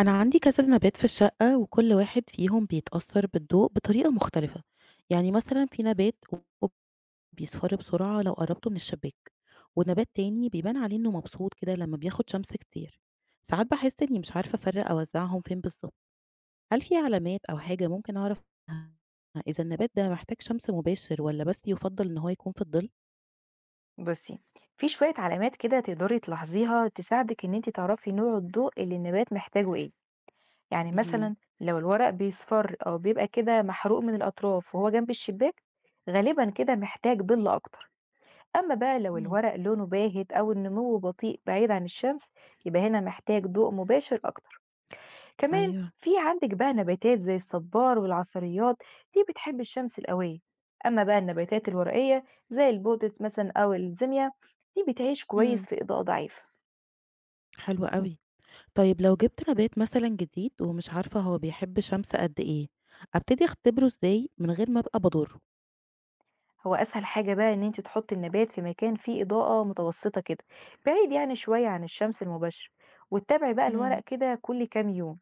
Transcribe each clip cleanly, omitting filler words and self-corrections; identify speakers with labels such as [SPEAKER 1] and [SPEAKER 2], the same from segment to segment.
[SPEAKER 1] أنا عندي كذا نبات في الشقة وكل واحد فيهم بيتأثر بالضوء بطريقة مختلفة. يعني مثلا في نبات بيصفر بسرعة لو قربته من الشباك، ونبات تاني بيبان عليه إنه مبسوط كده لما بياخد شمس كتير. ساعات بحس إني مش عارفة أفرق أوزعهم فين بالظبط. هل في علامات أو حاجة ممكن أعرف إذا النبات ده محتاج شمس مباشر ولا بس يفضل إن هو يكون في الظل؟
[SPEAKER 2] بُصّي، في شوية علامات كده تقدري تلاحظيها تساعدِك إن أنتِ تعرفي نوع الضوء اللي النبات محتاجه إيه، يعني
[SPEAKER 1] مهم.
[SPEAKER 2] مثلًا لو الورق بيصفر أو بيبقى كده محروق من الأطراف وهو جنب الشباك، غالبًا كده محتاج ضِل أكتر، أمّا بقى لو
[SPEAKER 1] مم. مم.
[SPEAKER 2] الورق لونه باهت أو النمو بطيء بعيد عن الشمس، يبقى هنا محتاج ضوء مباشر أكتر. كمان
[SPEAKER 1] أيوه.
[SPEAKER 2] في عندك بقى نباتات زي الصبار والعصريات، دي بتحب الشمس القوية. أما بقى النباتات الورقية زي البوتس مثلا أو الزيميا، دي بتعيش كويس
[SPEAKER 1] مم.
[SPEAKER 2] في إضاءة ضعيفة.
[SPEAKER 1] حلو قوي. طيب لو جبت نبات مثلا جديد ومش عارفة هو بيحب شمس قد ايه، ابتدي اختبره ازاي من غير ما ابقى بضره.
[SPEAKER 2] هو أسهل حاجة بقى إن أنت تحطي النبات في مكان فيه إضاءة متوسطة كده، بعيد يعني شوية عن الشمس المباشرة، وتتابعي بقى الورق
[SPEAKER 1] مم.
[SPEAKER 2] كده كل كام يوم.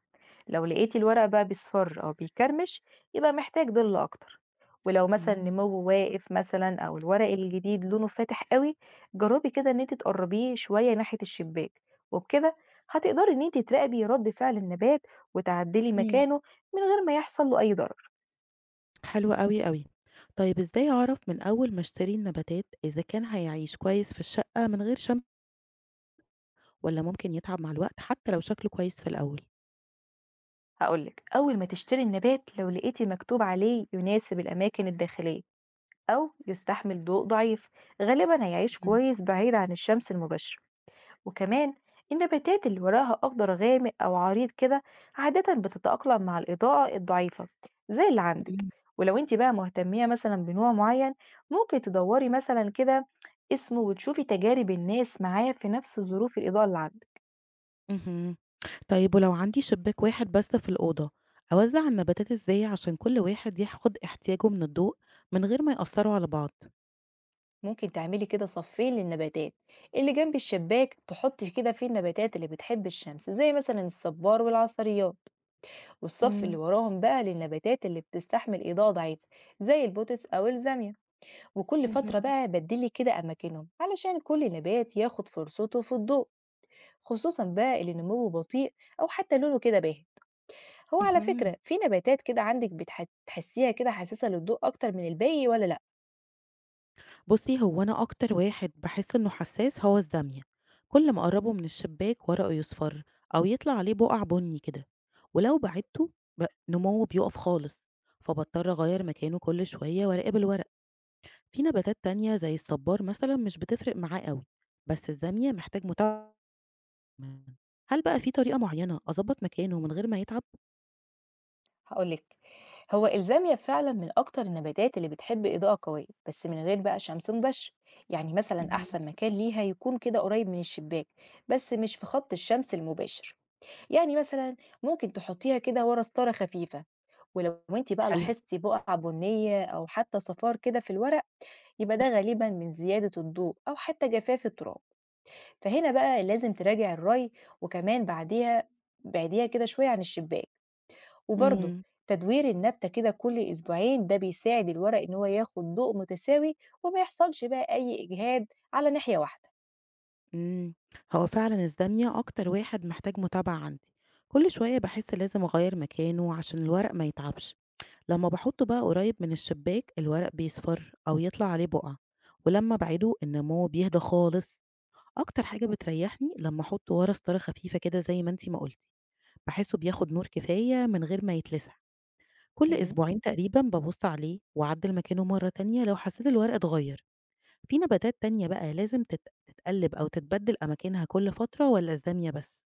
[SPEAKER 2] لو لقيتي الورق بقى بيصفر أو بيكرمش، يبقى محتاج ظل أكتر. ولو مثلا
[SPEAKER 1] مم.
[SPEAKER 2] نمو واقف مثلا أو الورق الجديد لونه فاتح قوي، جربي كده إن انت تقربيه شوية ناحية الشباك، وبكده هتقدري إن انت تراقبي رد فعل النبات وتعدلي
[SPEAKER 1] مم.
[SPEAKER 2] مكانه من غير ما يحصل له أي ضرر.
[SPEAKER 1] حلوة قوي قوي. طيب ازاي اعرف من اول ما اشتري النباتات اذا كان هيعيش كويس في الشقة من غير شمس، ولا ممكن يتعب مع الوقت حتى لو شكله كويس في الاول.
[SPEAKER 2] هقولك، أول ما تشتري النبات لو لقيتي مكتوب عليه يناسب الأماكن الداخلية أو يستحمل ضوء ضعيف، غالبا هيعيش
[SPEAKER 1] مم.
[SPEAKER 2] كويس بعيد عن الشمس المباشرة. وكمان النباتات اللي وراها أخضر غامق أو عريض كده عادة بتتأقلم مع الإضاءة الضعيفة، زي اللي عندك.
[SPEAKER 1] مم.
[SPEAKER 2] ولو انت بقى مهتمية مثلا بنوع معين، ممكن تدوري مثلا كده اسمه وتشوفي تجارب الناس معاه في نفس ظروف الإضاءة اللي عندك.
[SPEAKER 1] مهم. طيب ولو عندي شباك واحد بس في الأوضة، أوزع النباتات إزاي عشان كل واحد ياخد احتياجه من الضوء من غير ما يأثروا على بعض.
[SPEAKER 2] ممكن تعملي كده صفين للنباتات، اللي جنب الشباك تحطي كده فيه النباتات اللي بتحب الشمس زي مثلا الصبار والعصريات، والصف اللي
[SPEAKER 1] مم.
[SPEAKER 2] وراهم بقى للنباتات اللي بتستحمل إضاءة ضعيفة زي البوتس أو الزاميا. وكل فترة
[SPEAKER 1] مهم.
[SPEAKER 2] بقى بدلي كده أماكنهم علشان كل نبات ياخد فرصته في الضوء، خصوصا بقى اللي نموه بطيء أو حتى لونه كده باهت. هو على
[SPEAKER 1] اهم.
[SPEAKER 2] فكرة في نباتات كده عندك تحسيها كده حساسة للضوء أكتر من الباقي ولا لأ؟
[SPEAKER 1] بُصّي، هو أنا أكتر واحد باحس إنه حساس هو الزاوية، كل ما أقرّبه من الشباك ورقه يصفر أو يطلع عليه بُقع بُني كده، ولو بعدته نموّه بيُقف خالص، فباضطر أغيّر مكانه كل شوية وأراقب الورق. في نباتات تانية زي الصبار مثلًا مش بتفرق معاه أوي، بس الزامية محتاج متابعة. هل بقى في طريقة معيّنة أضبّط مكانه من غير ما يتعب؟
[SPEAKER 2] هقولك، هو الزاميا فعلا من أكتر النباتات اللي بتحب إضاءة قوية بس من غير بقى شمس مباشرة، يعني مثلا
[SPEAKER 1] اهم،
[SPEAKER 2] أحسن مكان ليها يكون كده قريب من الشباك، بس مش في خط الشمس المباشر. يعني مثلا ممكن تحطيها كده ورا ستارة خفيفة. ولو انت بقى
[SPEAKER 1] حلو،
[SPEAKER 2] لاحظتي بقع بنية أو حتى صفار كده في الورق، يبقى ده غالبا من زيادة الضوء أو حتى جفاف التراب، فهنا بقى لازم تراجع الري، وكمان بعديها كده شوية عن الشباك. وبرده
[SPEAKER 1] إمم.
[SPEAKER 2] تدوير النبتة كده كل أسبوعين ده بيساعد الورق إن هو ياخد ضوء متساوي، وما يحصلش بقى أي إجهاد على ناحية واحدة.
[SPEAKER 1] إمم، هو فعلًا الزاوية أكتر واحد محتاج متابعة عندي، كل شوية باحس لازم أغيّر مكانه عشان الورق ما يتعبش، لمّا باحطه بقى قريب من الشباك الورق بيصفر أو يطلع عليه بقع، ولمّا أبعده النمو بيهدى خالص، أكتر حاجة بتريحني لمّا أحطه ورا ستارة خفيفة كده زي ما أنتِ ما قُلتِ، باحسه بياخد نور كفاية من غير ما يتلسع، كل
[SPEAKER 2] مهم.
[SPEAKER 1] أسبوعين تقريبًا بابُص عليه وأعدّل مكانه مرّة تانية لو حسيت الورق اتغير. في نباتات تانية بقى لازم تتقلّب أو تتبدّل أماكنها كل فترة والّا الزاوية بس؟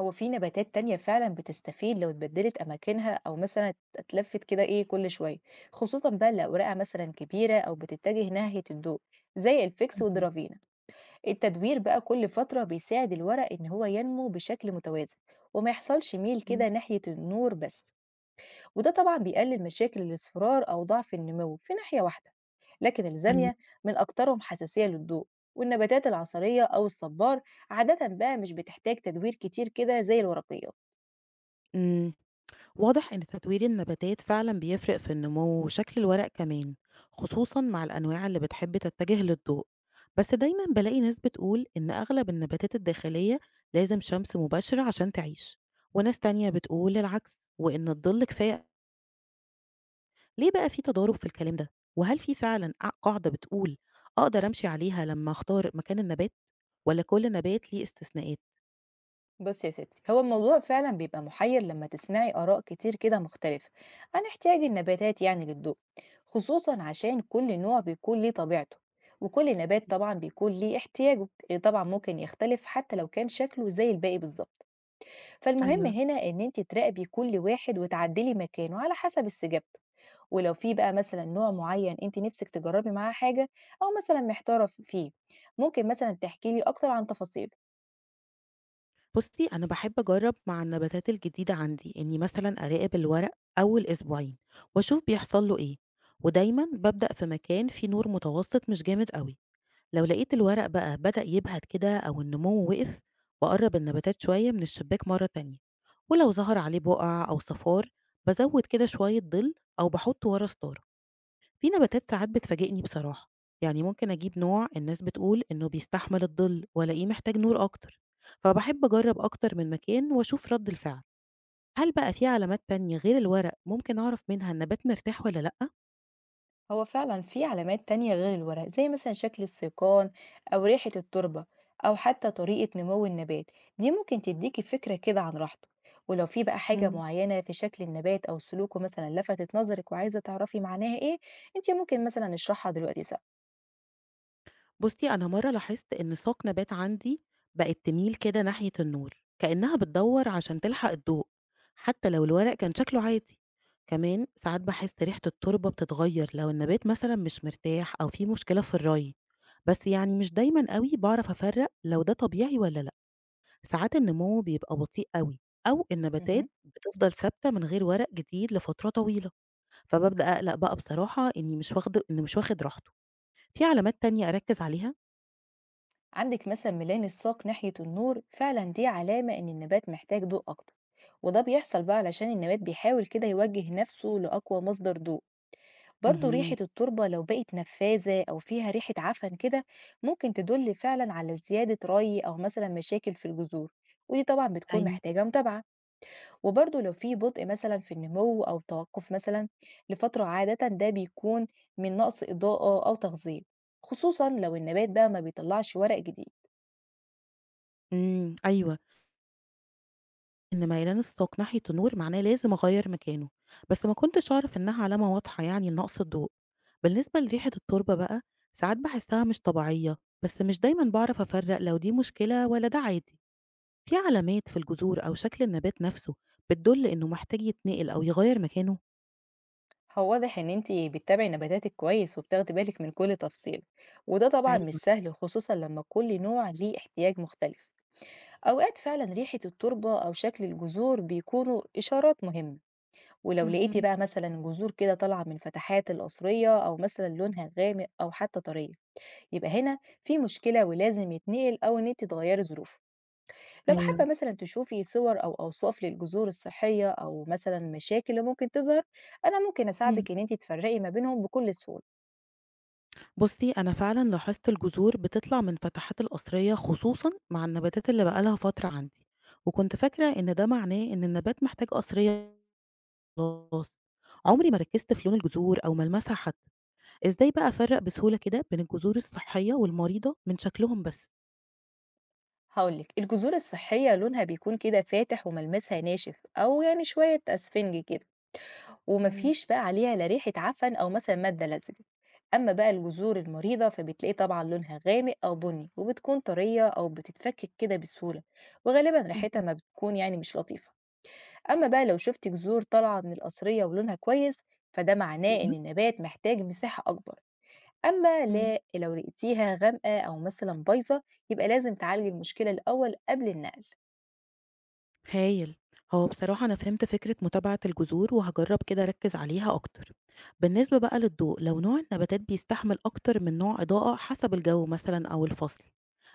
[SPEAKER 2] هو في نباتات تانية فعلا بتستفيد لو اتبدلت أماكنها أو مثلا اتلفت كده إيه كل شوية، خصوصا بقى لو أوراقها مثلا كبيرة أو بتتجه ناحية الضوء، زي الفيكس
[SPEAKER 1] اهم،
[SPEAKER 2] والدرافينا. التدوير بقى كل فترة بيساعد الورق إن هو ينمو بشكل متوازن، وما يحصلش ميل
[SPEAKER 1] إمم.
[SPEAKER 2] كده ناحية النور بس. وده طبعا بيقلل مشاكل الاصفرار أو ضعف النمو في ناحية واحدة. لكن
[SPEAKER 1] أيوه،
[SPEAKER 2] الزاوية من أكترهم حساسية للضوء. والنباتات العصرية أو الصبار عادة بقى مش بتحتاج تدوير كتير كده زي الورقيات.
[SPEAKER 1] إمم، واضح إن تدوير النباتات فعلًا بيفرق في النمو وشكل الورق كمان، خصوصًا مع الأنواع اللي بتحب تتجه للضوء، بس دايمًا بالاقي ناس بتقول إن أغلب النباتات الداخلية لازم شمس مباشرة عشان تعيش، وناس تانية بتقول العكس، وإن الضل كفاية. ليه بقى في تضارب في الكلام ده؟ وهل في فعلًا قاعدة بتقول أقدر أمشي عليها لمّا أختار مكان النبات، والّا كل نبات ليه استثناءات؟
[SPEAKER 2] بصي يا ستي، هو الموضوع فعلا بيبقى محير لما تسمعي آراء كتير كده مختلفة عن احتياج النباتات يعني للضوء، خصوصا عشان كل نوع بيكون ليه طبيعته، وكل نبات طبعا بيكون ليه احتياجه اللي طبعا ممكن يختلف حتى لو كان شكله زي الباقي بالظبط. فالمهم
[SPEAKER 1] أيوه.
[SPEAKER 2] هنا ان انت تراقبي كل واحد وتعدلي مكانه على حسب استجابته. ولو في بقى مثلا نوع معين انت نفسك تجربي معاه حاجة او مثلا محتارة فيه، ممكن مثلا تحكي لي اكتر عن تفاصيله.
[SPEAKER 1] بُصّي، أنا باحب أجرّب مع النباتات الجديدة عندي إني مثلًا أراقب الورق أول أسبوعين وأشوف بيحصل له إيه، ودايمًا بابدأ في مكان فيه نور متوسط مش جامد أوي. لو لقيت الورق بقى بدأ يبهت كده أو النمو وقف بقرب النباتات شوية من الشباك مرة تانية، ولو ظهر عليه بقع أو صفار بزود كده شوية ظل أو بحطه ورا ستارة. في نباتات ساعات بتفاجئني بصراحة، يعني ممكن أجيب نوع الناس بتقول إنه بيستحمل الظل وألاقيه محتاج نور أكتر، فبحب أجرب أكتر من مكان وأشوف رد الفعل. هل بقى في علامات تانية غير الورق ممكن أعرف منها النبات مرتاح ولا لأ؟
[SPEAKER 2] هو فعلا في علامات تانية غير الورق، زي مثلا شكل السيقان أو ريحة التربة أو حتى طريقة نمو النبات. دي ممكن تديكي فكرة كده عن راحته. ولو في بقى حاجة معينة في شكل النبات أو سلوكه مثلا لفتت نظرك وعايزة تعرفي معناها إيه، أنت ممكن مثلا نشرحها دلوقتي سوا.
[SPEAKER 1] بُصّي، أنا مرّة لاحظت إن ساق نبات عندي بقت تميل كده ناحية النور، كإنها بتدوّر عشان تلحق الضوء، حتى لو الورق كان شكله عادي. كمان ساعات باحس ريحة التربة بتتغير لو النبات مثلًا مش مرتاح أو في مشكلة في الري، بس يعني مش دايمًا أوي باعرف أفرّق لو ده طبيعي والّا لأ. ساعات النمو بيبقى بطيء أوي أو
[SPEAKER 2] مهم.
[SPEAKER 1] النباتات بتفضل ثابتة من غير ورق جديد لفترة طويلة، فبابدأ أقلق بقى بصراحة إني مش واخده إنه مش واخد راحته. في علامات تانية أركّز عليها؟
[SPEAKER 2] عندك مثلا ميلان الساق ناحية النور، فعلا دي علامة إن النبات محتاج ضوء أكتر، وده بيحصل بقى علشان النبات بيحاول كده يوجه نفسه لأقوى مصدر ضوء. برضو
[SPEAKER 1] اهم.
[SPEAKER 2] ريحة التربة لو بقت نفاذة أو فيها ريحة عفن كده، ممكن تدل فعلا على زيادة ري أو مثلا مشاكل في الجذور، ودي طبعا بتكون
[SPEAKER 1] أيوه.
[SPEAKER 2] محتاجة متابعة. وبرضو لو في بطء مثلا في النمو أو توقف مثلا لفترة، عادة ده بيكون من نقص إضاءة أو تغذية، خصوصا لو النبات بقى ما بيطلعش ورق جديد.
[SPEAKER 1] إمم، أيوه. إنما إعلان الساق ناحية النور معناه لازم أغيّر مكانه، بس ما كنتش أعرف إنها علامة واضحة يعني لنقص الضوء. بالنسبة لريحة التربة بقى، ساعات باحسّها مش طبيعية، بس مش دايمًا باعرف أفرّق لو دي مشكلة والّا ده عادي. في علامات في الجذور أو شكل النبات نفسه بتدُل إنه محتاج يتنقل أو يغيّر مكانه؟
[SPEAKER 2] هو واضح ان انتي بتتابعي نباتاتك كويس وبتاخدي بالك من كل تفصيل، وده طبعا مش
[SPEAKER 1] أيوه.
[SPEAKER 2] سهل خصوصا لما كل نوع ليه احتياج مختلف. أوقات فعلا ريحة التربة أو شكل الجذور بيكونوا إشارات مهمة، ولو لقيتي
[SPEAKER 1] اهم.
[SPEAKER 2] بقى مثلا جذور كده طالعة من فتحات القصرية أو مثلا لونها غامق أو حتى طرية، يبقى هنا في مشكلة ولازم يتنقل أو إن أنت تغيري ظروفه. لو
[SPEAKER 1] أيوه.
[SPEAKER 2] حابة مثلا تشوفي صور أو أوصاف للجذور الصحية أو مثلا مشاكل اللي ممكن تظهر، أنا ممكن أساعدك إن أنت تفرقي ما بينهم بكل سهولة.
[SPEAKER 1] بُصّي، أنا فعلًا لاحظت الجذور بتطلع من فتحات القصرية خصوصًا مع النباتات اللي بقى لها فترة عندي، وكنت فاكرة إن ده معناه إن النبات محتاج قصرية خلاص، عمري ما ركزت في لون الجذور أو ملمسها حتى. إزاي بقى أفرّق بسهولة كده بين الجذور الصحية والمريضة من شكلهم بس؟
[SPEAKER 2] هقولك، الجذور الصحية لونها بيكون كده فاتح وملمسها ناشف أو يعني شوية أسفنج كده، وما
[SPEAKER 1] إمم،
[SPEAKER 2] فيش بقى عليها لا ريحة عفن أو مثلا مادة لزجة. أما بقى الجذور المريضة، فبتلاقي طبعا لونها غامق أو بني وبتكون طرية أو بتتفكك كده بسهولة، وغالبا
[SPEAKER 1] اهم،
[SPEAKER 2] ريحتها ما بتكون يعني مش لطيفة. أما بقى لو شفت جذور طالعة من القصرية ولونها كويس، فده معناه إن
[SPEAKER 1] أيوه.
[SPEAKER 2] النبات محتاج مساحة أكبر. أما
[SPEAKER 1] إمم.
[SPEAKER 2] لا لو لقيتيها غامقة أو مثلا بايظة، يبقى لازم تعالج المشكلة الأول قبل النقل.
[SPEAKER 1] هايل. هو بصراحة أنا فهمت فكرة متابعة الجذور وهجرب كده أركز عليها أكتر. بالنسبة بقى للضوء لو نوع النباتات بيستحمل أكتر من نوع إضاءة حسب الجو مثلا أو الفصل،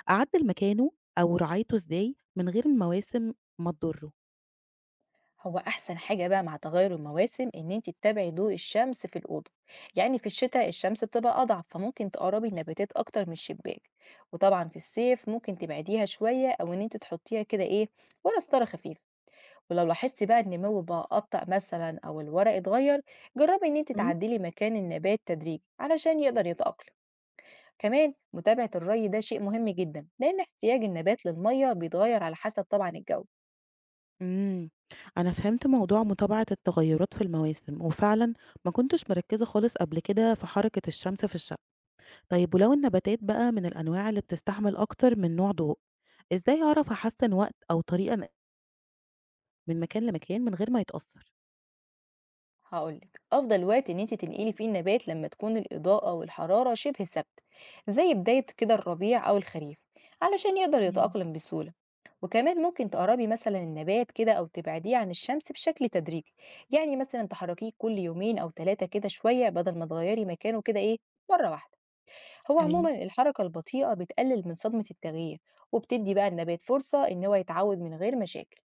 [SPEAKER 1] أعدل مكانه أو رعايته إزاي من غير المواسم ما تضره.
[SPEAKER 2] هو أحسن حاجة بقى مع تغير المواسم إن أنت تتابعي ضوء الشمس في الأوضة. يعني في الشتاء الشمس بتبقى أضعف، فممكن تقربي النباتات أكتر من الشباك. وطبعا في الصيف ممكن تبعديها شوية أو إن أنت تحطيها كده إيه ورا ستارة خفيفة. ولو لاحظتي بقى النمو بقى أبطأ مثلا أو الورق اتغير، جربي إن أنت
[SPEAKER 1] مم.
[SPEAKER 2] تعدلي مكان النبات تدريجي علشان يقدر يتأقلم. كمان متابعة الري ده شيء مهم جدا، لأن احتياج النبات للمية بيتغير على حسب طبعا الجو.
[SPEAKER 1] امم. أنا فهمت موضوع متابعة التغيرات في المواسم وفعلا ما كنتش مركزة خالص قبل كده في حركة الشمس في الشقة. طيب ولو النباتات بقى من الأنواع اللي بتستحمل أكتر من نوع ضوء، إزاي أعرف أحسن وقت أو طريقة من مكان لمكان من غير ما يتأثّر.
[SPEAKER 2] هقول لك، افضل وقت ان انت تنقلي فيه النبات لما تكون الاضاءه والحراره شبه ثابته، زي بدايه كده الربيع او الخريف، علشان يقدر
[SPEAKER 1] إمم،
[SPEAKER 2] يتاقلم بسهوله. وكمان ممكن تقربي مثلا النبات كده او تبعديه عن الشمس بشكل تدريجي، يعني مثلا تحركيه كل يومين او ثلاثه كده شويه بدل ما تغيري مكانه كده ايه مره واحده. هو عموما
[SPEAKER 1] أيوه.
[SPEAKER 2] الحركه البطيئه بتقلل من صدمه التغيير، وبتدي بقى النبات فرصه ان هو يتعود من غير مشاكل.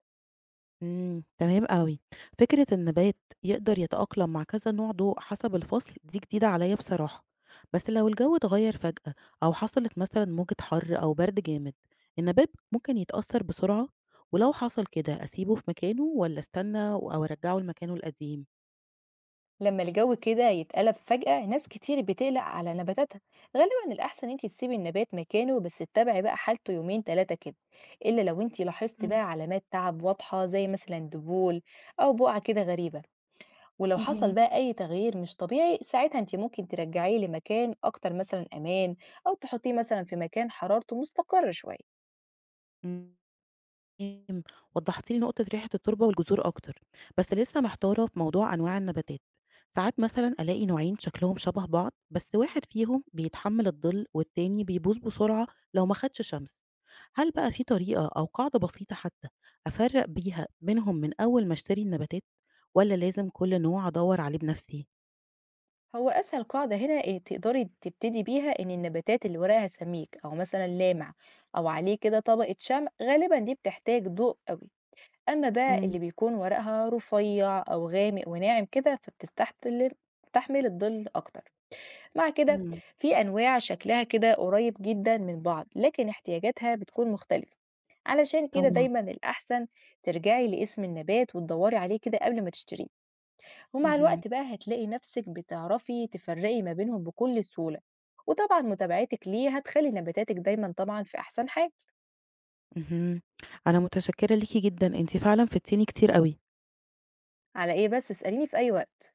[SPEAKER 1] إمم، تمام أوي. فكرة النبات يقدر يتأقلم مع كذا نوع ضوء حسب الفصل، دي جديدة عليَّ بصراحة، بس لو الجو اتغيّر فجأة أو حصلت مثلًا موجة حَر أو برد جامد، النبات ممكن يتأثّر بسرعة؟ ولو حصل كده أسيبه في مكانه والّا أستنى أو أرجّعه لمكانه القديم؟
[SPEAKER 2] لما الجو كده يتقلب فجأة، ناس كتير بتقلق على نباتاتها. غالبا الأحسن انتي تسيبي النبات مكانه بس تتابعي بقى حالته يومين تلاتة كده، إلا لو انتي لاحظتي
[SPEAKER 1] إمم،
[SPEAKER 2] بقى علامات تعب واضحة زي مثلا دبول أو بقعة كده غريبة. ولو حصل
[SPEAKER 1] اهم.
[SPEAKER 2] بقى أي تغيير مش طبيعي، ساعتها انتي ممكن ترجعيه لمكان أكتر مثلا أمان، أو تحطيه مثلا في مكان حرارته مستقرة شوية.
[SPEAKER 1] إمم. تمام، وضحتِ لي نقطة ريحة التربة والجذور أكتر، بس لسه محتارة في موضوع أنواع النباتات، ساعات مثلًا ألاقي نوعين شكلهم شبه بعض بس واحد فيهم بيتحمل الظل والتاني بيبوظ بسرعة لو ما خدش شمس، هل بقى في طريقة أو قاعدة بسيطة حتى أفرّق بيها بينهم من أول ما أشتري النباتات، والّا لازم كل نوع أدوّر عليه بنفسي؟
[SPEAKER 2] هو أسهل قاعدة هنا إيه تقدري تبتدي بيها، إن النباتات اللي ورقها سميك أو مثلا لامع أو عليه كده طبقة شمع غالبا دي بتحتاج ضوء قوي. أما بقى
[SPEAKER 1] إمم،
[SPEAKER 2] اللي بيكون ورقها رفيع أو غامق وناعم كده، فبتستحمل الظل أكتر. مع كده
[SPEAKER 1] إمم،
[SPEAKER 2] في أنواع شكلها كده قريب جدا من بعض لكن احتياجاتها بتكون مختلفة، علشان كده
[SPEAKER 1] طبعًا،
[SPEAKER 2] دايما الأحسن ترجعي لاسم النبات وتدوري عليه كده قبل ما تشتريه، ومع
[SPEAKER 1] اهم،
[SPEAKER 2] الوقت بقى هتلاقي نفسك بتعرفي تفرقي ما بينهم بكل سهولة. وطبعا متابعتك ليه هتخلي نباتاتك دايما طبعا في أحسن حال.
[SPEAKER 1] اهم، أنا متشكرة ليكِ جدًا، أنتِ فعلًا فدتيني كتير أوي.
[SPEAKER 2] على إيه بس؟ اسأليني في أي وقت.